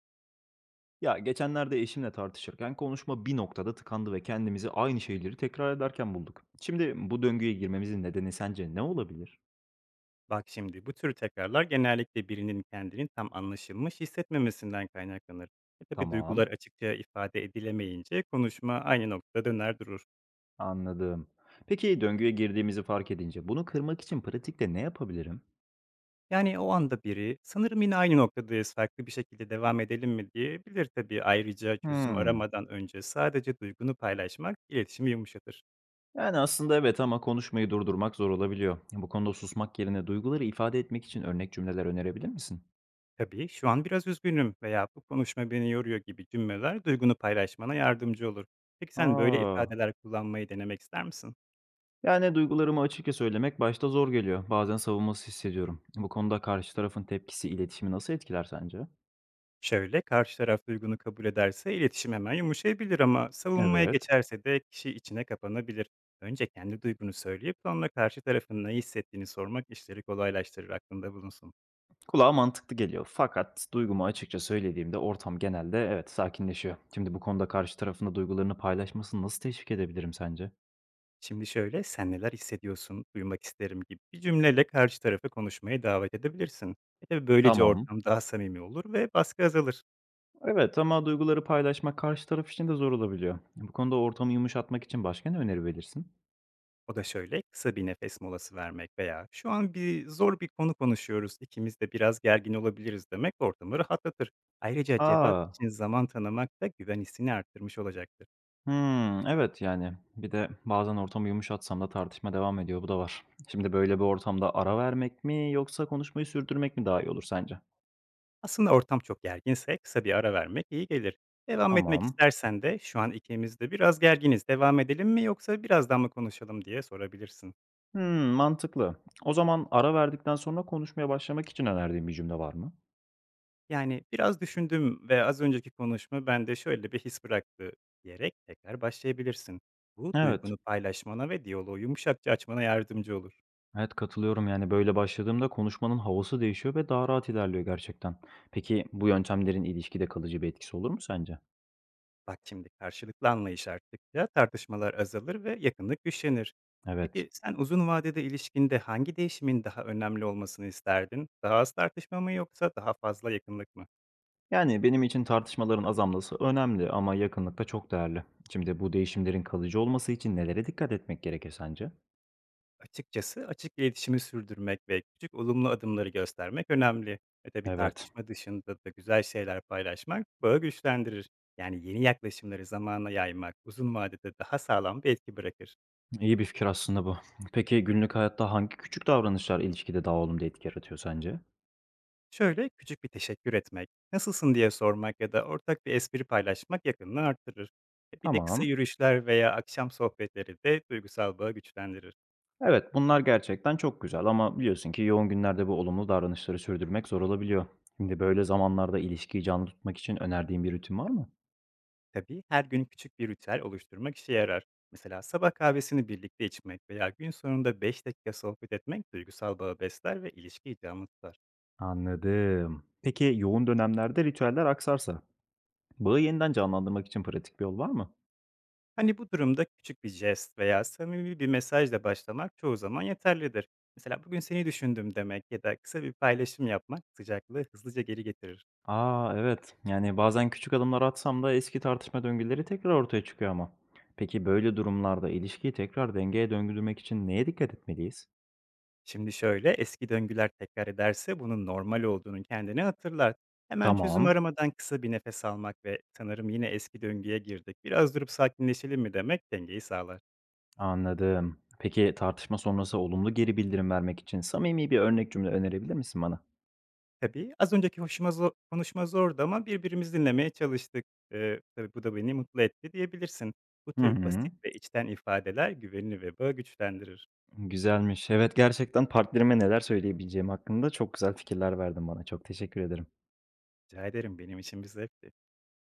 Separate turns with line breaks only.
Ya geçenlerde eşimle tartışırken konuşma bir noktada tıkandı ve kendimizi aynı şeyleri tekrar ederken bulduk. Şimdi bu döngüye girmemizin nedeni sence ne olabilir?
Bak şimdi bu tür tekrarlar genellikle birinin kendini tam anlaşılmış hissetmemesinden kaynaklanır. E tabi
Tamam,
duygular açıkça ifade edilemeyince konuşma aynı noktada döner durur.
anladım. Peki döngüye girdiğimizi fark edince bunu kırmak için pratikte ne yapabilirim?
Yani o anda biri sanırım yine aynı noktadayız farklı bir şekilde devam edelim mi diyebilir tabii. Ayrıca çözüm
Hmm.
aramadan önce sadece duygunu paylaşmak iletişimi yumuşatır.
Yani aslında evet, ama konuşmayı durdurmak zor olabiliyor. Bu konuda susmak yerine duyguları ifade etmek için örnek cümleler önerebilir misin?
Tabii şu an biraz üzgünüm veya bu konuşma beni yoruyor gibi cümleler duygunu paylaşmana yardımcı olur. Peki sen böyle
Aa,
ifadeler kullanmayı denemek ister misin?
yani duygularımı açıkça söylemek başta zor geliyor. Bazen savunmasız hissediyorum. Bu konuda karşı tarafın tepkisi iletişimi nasıl etkiler sence?
Şöyle, karşı taraf duygunu kabul ederse iletişim hemen yumuşayabilir ama savunmaya
Evet.
geçerse de kişi içine kapanabilir. Önce kendi duygunu söyleyip sonra karşı tarafın ne hissettiğini sormak işleri kolaylaştırır aklında bulunsun.
Kulağa mantıklı geliyor. Fakat duygumu açıkça söylediğimde ortam, genelde, evet, sakinleşiyor. Şimdi bu konuda karşı tarafında duygularını paylaşmasını nasıl teşvik edebilirim sence?
Şimdi şöyle, sen neler hissediyorsun, duymak isterim gibi bir cümleyle karşı tarafı konuşmaya davet edebilirsin. E tabii böylece
Tamam.
ortam daha samimi olur ve baskı azalır.
Evet, ama duyguları paylaşmak karşı taraf için de zor olabiliyor. Bu konuda ortamı yumuşatmak için başka ne öneri verirsin?
O da şöyle, kısa bir nefes molası vermek veya "Şu an bir zor bir konu konuşuyoruz, ikimiz de biraz gergin olabiliriz." demek ortamı rahatlatır. Ayrıca cevap
Aa,
için zaman tanımak da güven hissini arttırmış olacaktır.
hımm, evet, yani, bir de bazen ortamı yumuşatsam da tartışma devam ediyor, bu da var. Şimdi böyle bir ortamda ara vermek mi yoksa konuşmayı sürdürmek mi daha iyi olur sence?
Aslında ortam çok gerginse kısa bir ara vermek iyi gelir. Devam etmek
Tamam.
istersen de "Şu an ikimiz de biraz gerginiz, devam edelim mi yoksa birazdan mı konuşalım?" diye sorabilirsin.
Hımm, mantıklı. O zaman ara verdikten sonra konuşmaya başlamak için önerdiğin bir cümle var mı?
Yani, "Biraz düşündüm ve az önceki konuşma bende şöyle bir his bıraktı." diyerek tekrar başlayabilirsin. Bu,
Evet.
duygunu paylaşmana ve diyaloğu yumuşakça açmana yardımcı olur.
Evet, katılıyorum, yani, böyle başladığımda konuşmanın havası değişiyor ve daha rahat ilerliyor gerçekten. Peki bu yöntemlerin ilişkide kalıcı bir etkisi olur mu sence?
Bak şimdi, karşılıklı anlayış arttıkça tartışmalar azalır ve yakınlık güçlenir.
Evet.
Peki, sen uzun vadede ilişkinde hangi değişimin daha önemli olmasını isterdin? Daha az tartışma mı yoksa daha fazla yakınlık mı?
Yani, benim için tartışmaların azalması önemli ama yakınlık da çok değerli. Şimdi bu değişimlerin kalıcı olması için nelere dikkat etmek gerekir sence?
Açıkçası açık iletişimi sürdürmek ve küçük olumlu adımları göstermek önemli. Ve tabii
Evet,
tartışma dışında da güzel şeyler paylaşmak bağı güçlendirir. Yani yeni yaklaşımları zamana yaymak uzun vadede daha sağlam bir etki bırakır.
iyi bir fikir aslında bu. Peki günlük hayatta hangi küçük davranışlar ilişkide daha olumlu etki yaratıyor sence?
Şöyle küçük bir teşekkür etmek, nasılsın diye sormak ya da ortak bir espri paylaşmak yakınlığı arttırır. E bir de kısa
Tamam.
yürüyüşler veya akşam sohbetleri de duygusal bağı güçlendirir.
Evet, bunlar gerçekten çok güzel ama biliyorsun ki yoğun günlerde bu olumlu davranışları sürdürmek zor olabiliyor. Şimdi böyle zamanlarda ilişkiyi canlı tutmak için önerdiğin bir rutin var mı?
Tabii her gün küçük bir ritüel oluşturmak işe yarar. Mesela sabah kahvesini birlikte içmek veya gün sonunda 5 dakika sohbet etmek duygusal bağı besler ve ilişkiyi canlı tutar.
Anladım. Peki yoğun dönemlerde ritüeller aksarsa, bağı yeniden canlandırmak için pratik bir yol var mı?
Hani bu durumda küçük bir jest veya samimi bir mesajla başlamak çoğu zaman yeterlidir. Mesela bugün seni düşündüm demek ya da kısa bir paylaşım yapmak sıcaklığı hızlıca geri getirir.
A! Evet. Yani, bazen küçük adımlar atsam da eski tartışma döngüleri tekrar ortaya çıkıyor ama. Peki, böyle durumlarda ilişkiyi tekrar dengeye döndürmek için neye dikkat etmeliyiz?
Şimdi şöyle, eski döngüler tekrar ederse bunun normal olduğunu kendine hatırlar. Hemen çözüm
Tamam,
aramadan kısa bir nefes almak ve sanırım yine eski döngüye girdik. Biraz durup sakinleşelim mi demek dengeyi sağlar.
anladım. Peki, tartışma sonrası olumlu geri bildirim vermek için samimi bir örnek cümle önerebilir misin bana?
Tabii az önceki konuşma zordu ama birbirimizi dinlemeye çalıştık. Tabii bu da beni mutlu etti diyebilirsin. Bu
Hı
tür basit
hı.
ve içten ifadeler güvenini ve bağı güçlendirir.
Güzelmiş. Evet, gerçekten partnerime neler söyleyebileceğim hakkında çok güzel fikirler verdin bana. Çok teşekkür ederim.
Rica ederim benim için bir zevkti.